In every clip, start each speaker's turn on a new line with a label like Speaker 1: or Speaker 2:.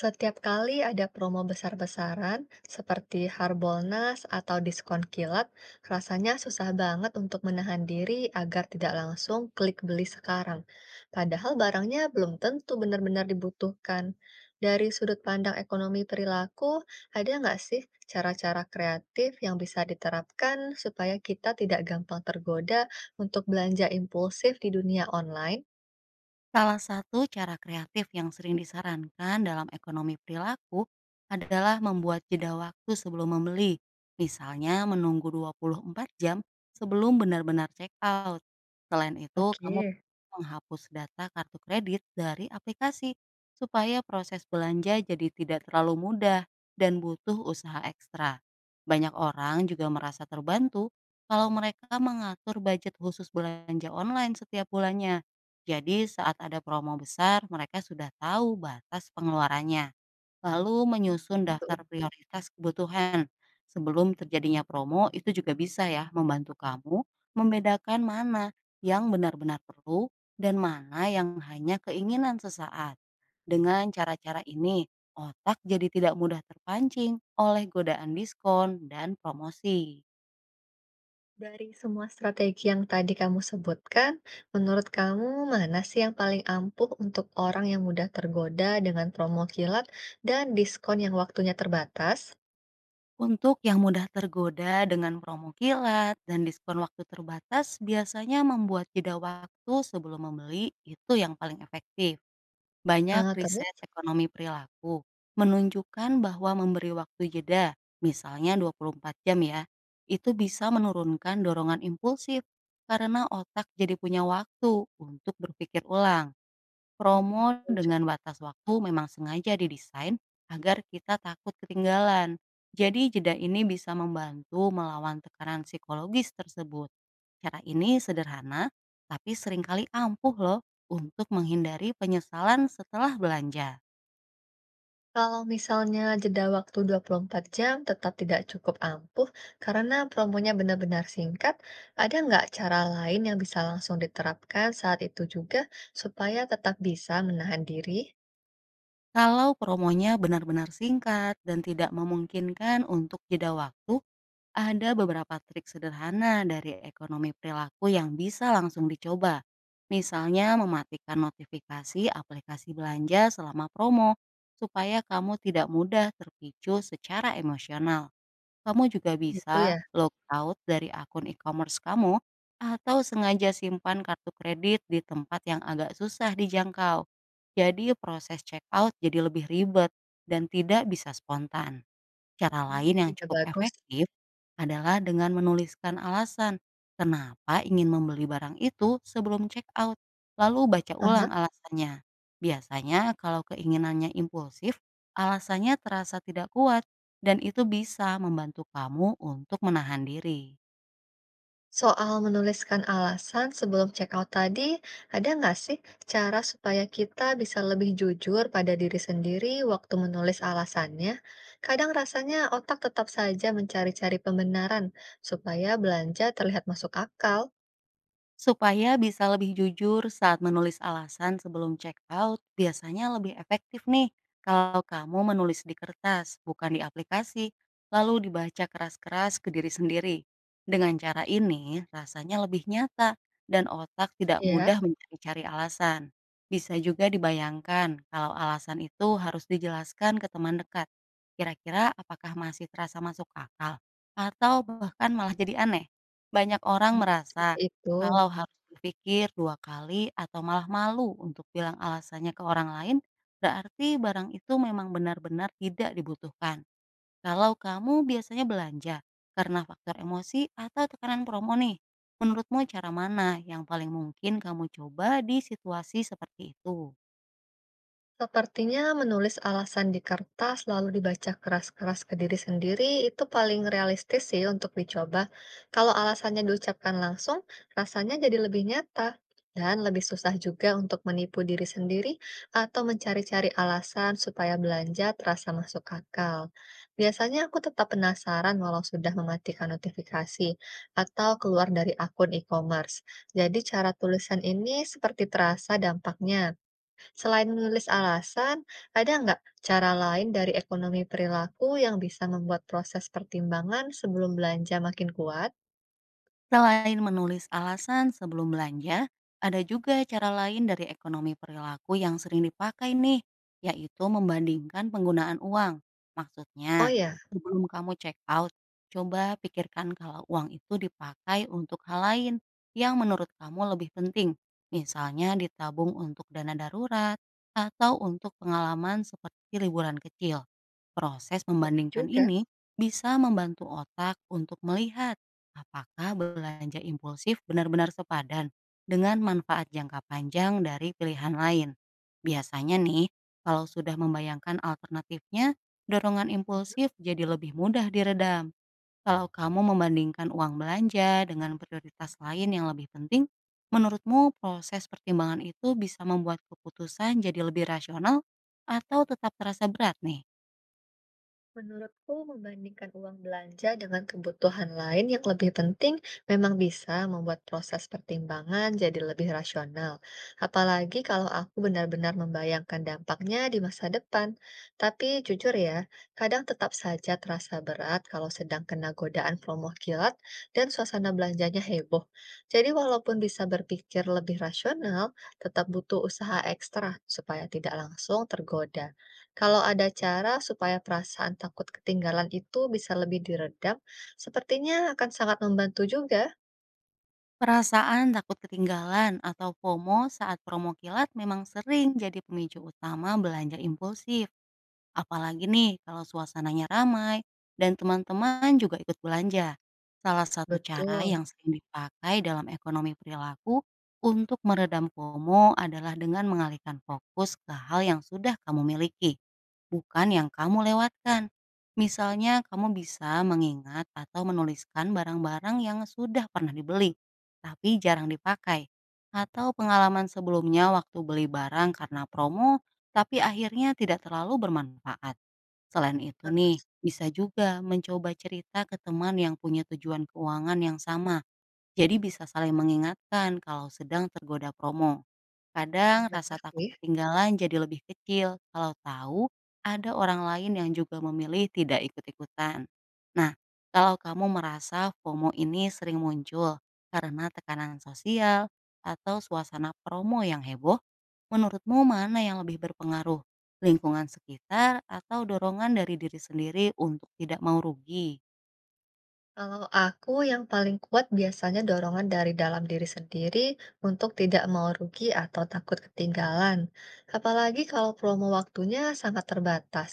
Speaker 1: Setiap kali ada promo besar-besaran, seperti Harbolnas atau diskon kilat, rasanya susah banget untuk menahan diri agar tidak langsung klik beli sekarang. Padahal barangnya belum tentu benar-benar dibutuhkan. Dari sudut pandang ekonomi perilaku, ada nggak sih cara-cara kreatif yang bisa diterapkan supaya kita tidak gampang tergoda untuk belanja impulsif di dunia online?
Speaker 2: Salah satu cara kreatif yang sering disarankan dalam ekonomi perilaku adalah membuat jeda waktu sebelum membeli. Misalnya menunggu 24 jam sebelum benar-benar check out. Selain itu, kamu
Speaker 1: Oke.
Speaker 2: menghapus data kartu kredit dari aplikasi supaya proses belanja jadi tidak terlalu mudah dan butuh usaha ekstra. Banyak orang juga merasa terbantu kalau mereka mengatur budget khusus belanja online setiap bulannya. Jadi saat ada promo besar, mereka sudah tahu batas pengeluarannya, lalu menyusun daftar prioritas kebutuhan. Sebelum terjadinya promo, itu juga bisa ya membantu kamu membedakan mana yang benar-benar perlu dan mana yang hanya keinginan sesaat. Dengan cara-cara ini, otak jadi tidak mudah terpancing oleh godaan diskon dan promosi.
Speaker 1: Dari semua strategi yang tadi kamu sebutkan, menurut kamu mana sih yang paling ampuh untuk orang yang mudah tergoda dengan promo kilat dan diskon yang waktunya terbatas?
Speaker 2: Untuk yang mudah tergoda dengan promo kilat dan diskon waktu terbatas, biasanya membuat jeda waktu sebelum membeli itu yang paling efektif. Banyak
Speaker 1: Eh, terus,
Speaker 2: riset ekonomi perilaku menunjukkan bahwa memberi waktu jeda, misalnya 24 jam ya, itu bisa menurunkan dorongan impulsif karena otak jadi punya waktu untuk berpikir ulang.
Speaker 1: hmm,
Speaker 2: Promo
Speaker 1: betul
Speaker 2: dengan
Speaker 1: juga.
Speaker 2: batas waktu memang sengaja didesain agar kita takut ketinggalan. Jadi jeda ini bisa membantu melawan tekanan psikologis tersebut. Cara ini sederhana, tapi seringkali ampuh loh untuk menghindari penyesalan setelah belanja.
Speaker 1: Kalau misalnya jeda waktu 24 jam tetap tidak cukup ampuh karena promonya benar-benar singkat, ada nggak cara lain yang bisa langsung diterapkan saat itu juga supaya tetap bisa menahan diri?
Speaker 2: Kalau promonya benar-benar singkat dan tidak memungkinkan untuk jeda waktu, ada beberapa trik sederhana dari ekonomi perilaku yang bisa langsung dicoba. Misalnya mematikan notifikasi aplikasi belanja selama promo supaya kamu tidak mudah terpicu secara emosional. Kamu juga
Speaker 1: Gitu ya?
Speaker 2: bisa logout dari akun e-commerce kamu atau sengaja simpan kartu kredit di tempat yang agak susah dijangkau. Jadi proses checkout jadi lebih ribet dan tidak bisa spontan. Cara
Speaker 1: Hmm,
Speaker 2: lain yang
Speaker 1: ide
Speaker 2: cukup
Speaker 1: bagus.
Speaker 2: efektif adalah dengan menuliskan alasan kenapa ingin membeli barang itu sebelum check out, lalu baca
Speaker 1: Aha.
Speaker 2: ulang alasannya. Biasanya kalau keinginannya impulsif, alasannya terasa tidak kuat dan itu bisa membantu kamu untuk menahan diri.
Speaker 1: Soal menuliskan alasan sebelum check out tadi, ada nggak sih cara supaya kita bisa lebih jujur pada diri sendiri waktu menulis alasannya? Kadang rasanya otak tetap saja mencari-cari pembenaran supaya belanja terlihat masuk akal.
Speaker 2: Supaya bisa lebih jujur saat menulis alasan sebelum check out, biasanya lebih efektif nih kalau kamu menulis di kertas, bukan di aplikasi, lalu dibaca keras-keras ke diri sendiri. Dengan cara ini, rasanya lebih nyata dan otak tidak
Speaker 1: Ya.
Speaker 2: mudah mencari-cari alasan. Bisa juga dibayangkan kalau alasan itu harus dijelaskan ke teman dekat. Kira-kira apakah masih terasa masuk akal atau bahkan malah jadi aneh? Banyak orang
Speaker 1: Hmm, seperti
Speaker 2: merasa
Speaker 1: itu.
Speaker 2: kalau harus berpikir 2 kali atau malah malu untuk bilang alasannya ke orang lain, berarti barang itu memang benar-benar tidak dibutuhkan. Kalau kamu biasanya belanja karena faktor emosi atau tekanan promo nih, menurutmu cara mana yang paling mungkin kamu coba di situasi seperti itu?
Speaker 1: Sepertinya menulis alasan di kertas lalu dibaca keras-keras ke diri sendiri itu paling realistis sih untuk dicoba. Kalau alasannya diucapkan langsung, rasanya jadi lebih nyata dan lebih susah juga untuk menipu diri sendiri atau mencari-cari alasan supaya belanja terasa masuk akal. Biasanya aku tetap penasaran walau sudah mematikan notifikasi atau keluar dari akun e-commerce. Jadi cara tulisan ini seperti terasa dampaknya. Selain menulis alasan, ada nggak cara lain dari ekonomi perilaku yang bisa membuat proses pertimbangan sebelum belanja makin kuat?
Speaker 2: Selain menulis alasan sebelum belanja, ada juga cara lain dari ekonomi perilaku yang sering dipakai nih, yaitu membandingkan penggunaan uang.
Speaker 1: Oh
Speaker 2: Maksudnya,
Speaker 1: ya,
Speaker 2: sebelum kamu check out, coba pikirkan kalau uang itu dipakai untuk hal lain yang menurut kamu lebih penting. Misalnya ditabung untuk dana darurat atau untuk pengalaman seperti liburan kecil. Proses
Speaker 1: boleh
Speaker 2: membandingkan
Speaker 1: juga.
Speaker 2: ini bisa membantu otak untuk melihat apakah belanja impulsif benar-benar sepadan dengan manfaat jangka panjang dari pilihan lain. Biasanya nih, kalau sudah membayangkan alternatifnya, dorongan impulsif jadi lebih mudah diredam. Kalau kamu membandingkan uang belanja dengan prioritas lain yang lebih penting, menurutmu proses pertimbangan itu bisa membuat keputusan jadi lebih rasional atau tetap terasa berat nih?
Speaker 1: Menurutku, membandingkan uang belanja dengan kebutuhan lain yang lebih penting memang bisa membuat proses pertimbangan jadi lebih rasional. Apalagi kalau aku benar-benar membayangkan dampaknya di masa depan. Tapi jujur ya, kadang tetap saja terasa berat kalau sedang kena godaan promo kilat dan suasana belanjanya heboh. Jadi walaupun bisa berpikir lebih rasional, tetap butuh usaha ekstra supaya tidak langsung tergoda. Kalau ada cara supaya perasaan takut ketinggalan itu bisa lebih diredam, sepertinya akan sangat membantu juga.
Speaker 2: Perasaan takut ketinggalan atau FOMO saat promo kilat memang sering jadi pemicu utama belanja impulsif. Apalagi nih kalau suasananya ramai dan teman-teman juga ikut belanja. Salah satu cara
Speaker 1: Betul.
Speaker 2: yang sering dipakai dalam ekonomi perilaku untuk meredam FOMO adalah dengan mengalihkan fokus ke hal yang sudah kamu miliki bukan yang kamu lewatkan. Misalnya, kamu bisa mengingat atau menuliskan barang-barang yang sudah pernah dibeli, tapi jarang dipakai, atau pengalaman sebelumnya waktu beli barang karena promo, tapi akhirnya tidak terlalu bermanfaat. Selain itu nih,
Speaker 1: Terus,
Speaker 2: bisa juga mencoba cerita ke teman yang punya tujuan keuangan yang sama jadi bisa saling mengingatkan kalau sedang tergoda promo.
Speaker 1: hmm,
Speaker 2: Kadang
Speaker 1: benar
Speaker 2: rasa takut
Speaker 1: sih.
Speaker 2: ketinggalan jadi lebih kecil kalau tahu ada orang lain yang juga memilih tidak ikut-ikutan. Nah, kalau kamu merasa FOMO ini sering muncul karena tekanan sosial atau suasana promo yang heboh, menurutmu mana yang lebih berpengaruh? Lingkungan sekitar atau dorongan dari diri sendiri untuk tidak mau rugi?
Speaker 1: Kalau aku yang paling kuat biasanya dorongan dari dalam diri sendiri untuk tidak mau rugi atau takut ketinggalan. Apalagi kalau promo waktunya sangat terbatas.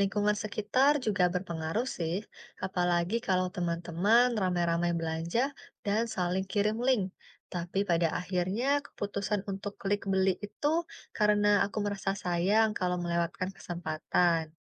Speaker 1: Lingkungan sekitar juga berpengaruh sih, apalagi kalau teman-teman ramai-ramai belanja dan saling kirim link. Tapi pada akhirnya keputusan untuk klik beli itu karena aku merasa sayang kalau melewatkan kesempatan.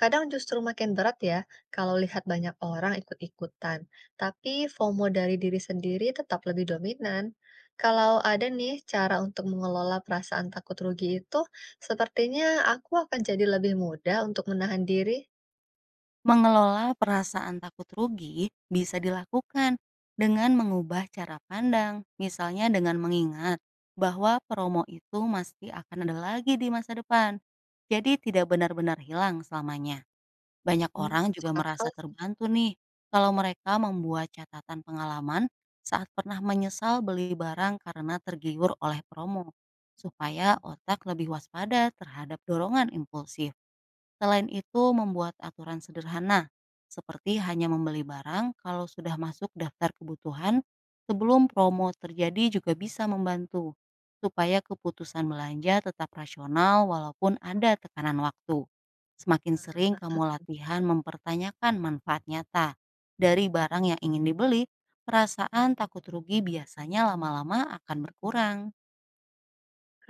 Speaker 1: Kadang justru makin berat ya kalau lihat banyak orang ikut-ikutan, tapi FOMO dari diri sendiri tetap lebih dominan. Kalau ada nih cara untuk mengelola perasaan takut rugi itu, sepertinya aku akan jadi lebih mudah untuk menahan diri.
Speaker 2: Mengelola perasaan takut rugi bisa dilakukan dengan mengubah cara pandang, misalnya dengan mengingat bahwa promo itu pasti akan ada lagi di masa depan. Jadi tidak benar-benar hilang selamanya. Banyak
Speaker 1: Hmm,
Speaker 2: orang
Speaker 1: masuk
Speaker 2: juga
Speaker 1: akal
Speaker 2: merasa terbantu nih kalau mereka membuat catatan pengalaman saat pernah menyesal beli barang karena tergiur oleh promo, supaya otak lebih waspada terhadap dorongan impulsif. Selain itu, membuat aturan sederhana, seperti hanya membeli barang kalau sudah masuk daftar kebutuhan sebelum promo terjadi juga bisa membantu, supaya keputusan belanja tetap rasional walaupun ada tekanan waktu. Semakin sering
Speaker 1: sih.
Speaker 2: kamu latihan mempertanyakan manfaat nyata dari barang yang ingin dibeli, perasaan takut rugi biasanya lama-lama akan berkurang.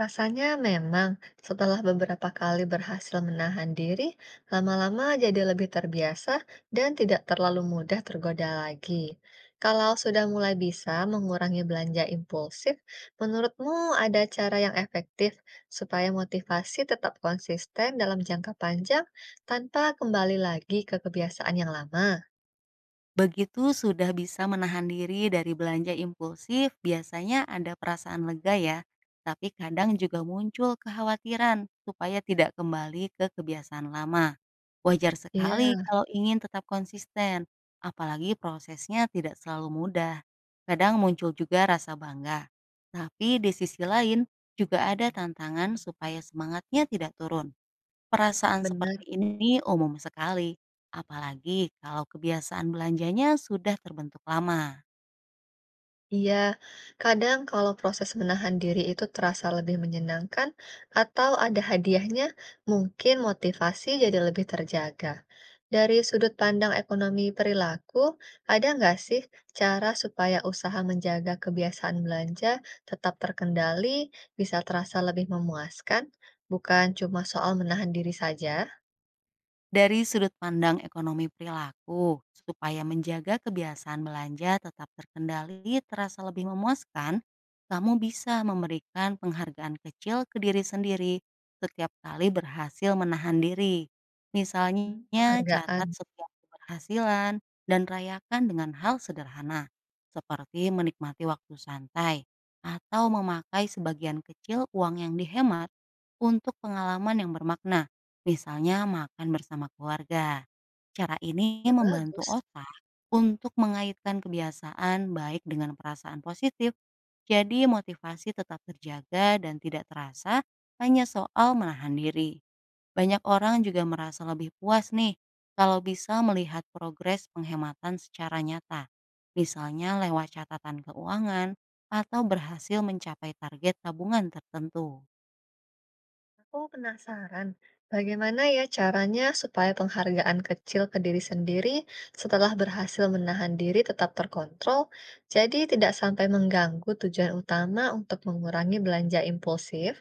Speaker 1: Rasanya memang setelah beberapa kali berhasil menahan diri, lama-lama jadi lebih terbiasa dan tidak terlalu mudah tergoda lagi. Kalau sudah mulai bisa mengurangi belanja impulsif, menurutmu ada cara yang efektif supaya motivasi tetap konsisten dalam jangka panjang tanpa kembali lagi ke kebiasaan yang lama?
Speaker 2: Begitu sudah bisa menahan diri dari belanja impulsif, biasanya ada perasaan lega ya, tapi kadang juga muncul kekhawatiran supaya tidak kembali ke kebiasaan lama. Wajar
Speaker 1: Iya,
Speaker 2: sekali kalau ingin tetap konsisten, apalagi prosesnya tidak selalu mudah. Kadang muncul juga rasa bangga. Tapi di sisi lain juga ada tantangan supaya semangatnya tidak turun. Perasaan
Speaker 1: benar.
Speaker 2: seperti ini umum sekali, apalagi kalau kebiasaan belanjanya sudah terbentuk lama.
Speaker 1: Iya, kadang kalau proses menahan diri itu terasa lebih menyenangkan atau ada hadiahnya, mungkin motivasi jadi lebih terjaga. Dari sudut pandang ekonomi perilaku, ada nggak sih cara supaya usaha menjaga kebiasaan belanja tetap terkendali, bisa terasa lebih memuaskan, bukan cuma soal menahan diri saja?
Speaker 2: Dari sudut pandang ekonomi perilaku, supaya menjaga kebiasaan belanja tetap terkendali terasa lebih memuaskan, kamu bisa memberikan penghargaan kecil ke diri sendiri setiap kali berhasil menahan diri.
Speaker 1: Hmm,
Speaker 2: Misalnya
Speaker 1: penghargaan.
Speaker 2: catat setiap keberhasilan dan rayakan dengan hal sederhana, seperti menikmati waktu santai atau memakai sebagian kecil uang yang dihemat untuk pengalaman yang bermakna misalnya makan bersama keluarga. Cara ini
Speaker 1: Ide
Speaker 2: membantu
Speaker 1: bagus.
Speaker 2: otak untuk mengaitkan kebiasaan baik dengan perasaan positif, jadi motivasi tetap terjaga dan tidak terasa hanya soal menahan diri. Banyak orang juga merasa lebih puas nih kalau bisa melihat progres penghematan secara nyata, misalnya lewat catatan keuangan atau berhasil mencapai target tabungan tertentu.
Speaker 1: Aku penasaran, bagaimana ya caranya supaya penghargaan kecil ke diri sendiri setelah berhasil menahan diri tetap terkontrol, jadi tidak sampai mengganggu tujuan utama untuk mengurangi belanja impulsif?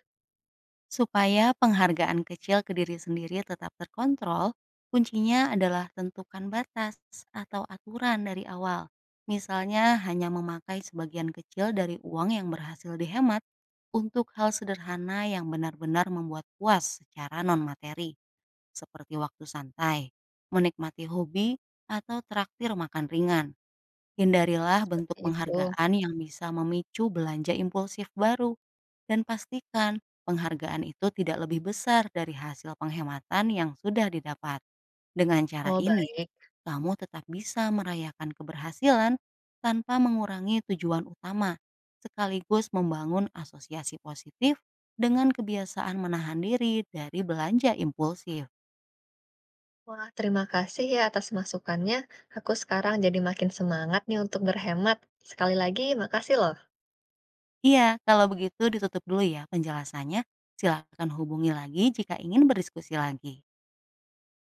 Speaker 2: Supaya penghargaan kecil ke diri sendiri tetap terkontrol, kuncinya adalah tentukan batas atau aturan dari awal. Misalnya hanya memakai sebagian kecil dari uang yang berhasil dihemat untuk hal sederhana yang benar-benar membuat puas secara non-materi, seperti waktu santai, menikmati hobi, atau traktir makan ringan. Hindarilah bentuk
Speaker 1: Itu.
Speaker 2: penghargaan yang bisa memicu belanja impulsif baru, dan pastikan penghargaan itu tidak lebih besar dari hasil penghematan yang sudah didapat. Dengan cara
Speaker 1: Oh,
Speaker 2: ini,
Speaker 1: baik.
Speaker 2: kamu tetap bisa merayakan keberhasilan tanpa mengurangi tujuan utama, sekaligus membangun asosiasi positif dengan kebiasaan menahan diri dari belanja impulsif.
Speaker 1: Wah, terima kasih ya atas masukannya. Aku sekarang jadi makin semangat nih untuk berhemat. Sekali lagi, makasih loh.
Speaker 2: Iya, kalau begitu ditutup dulu ya penjelasannya. Silakan hubungi lagi jika ingin berdiskusi lagi.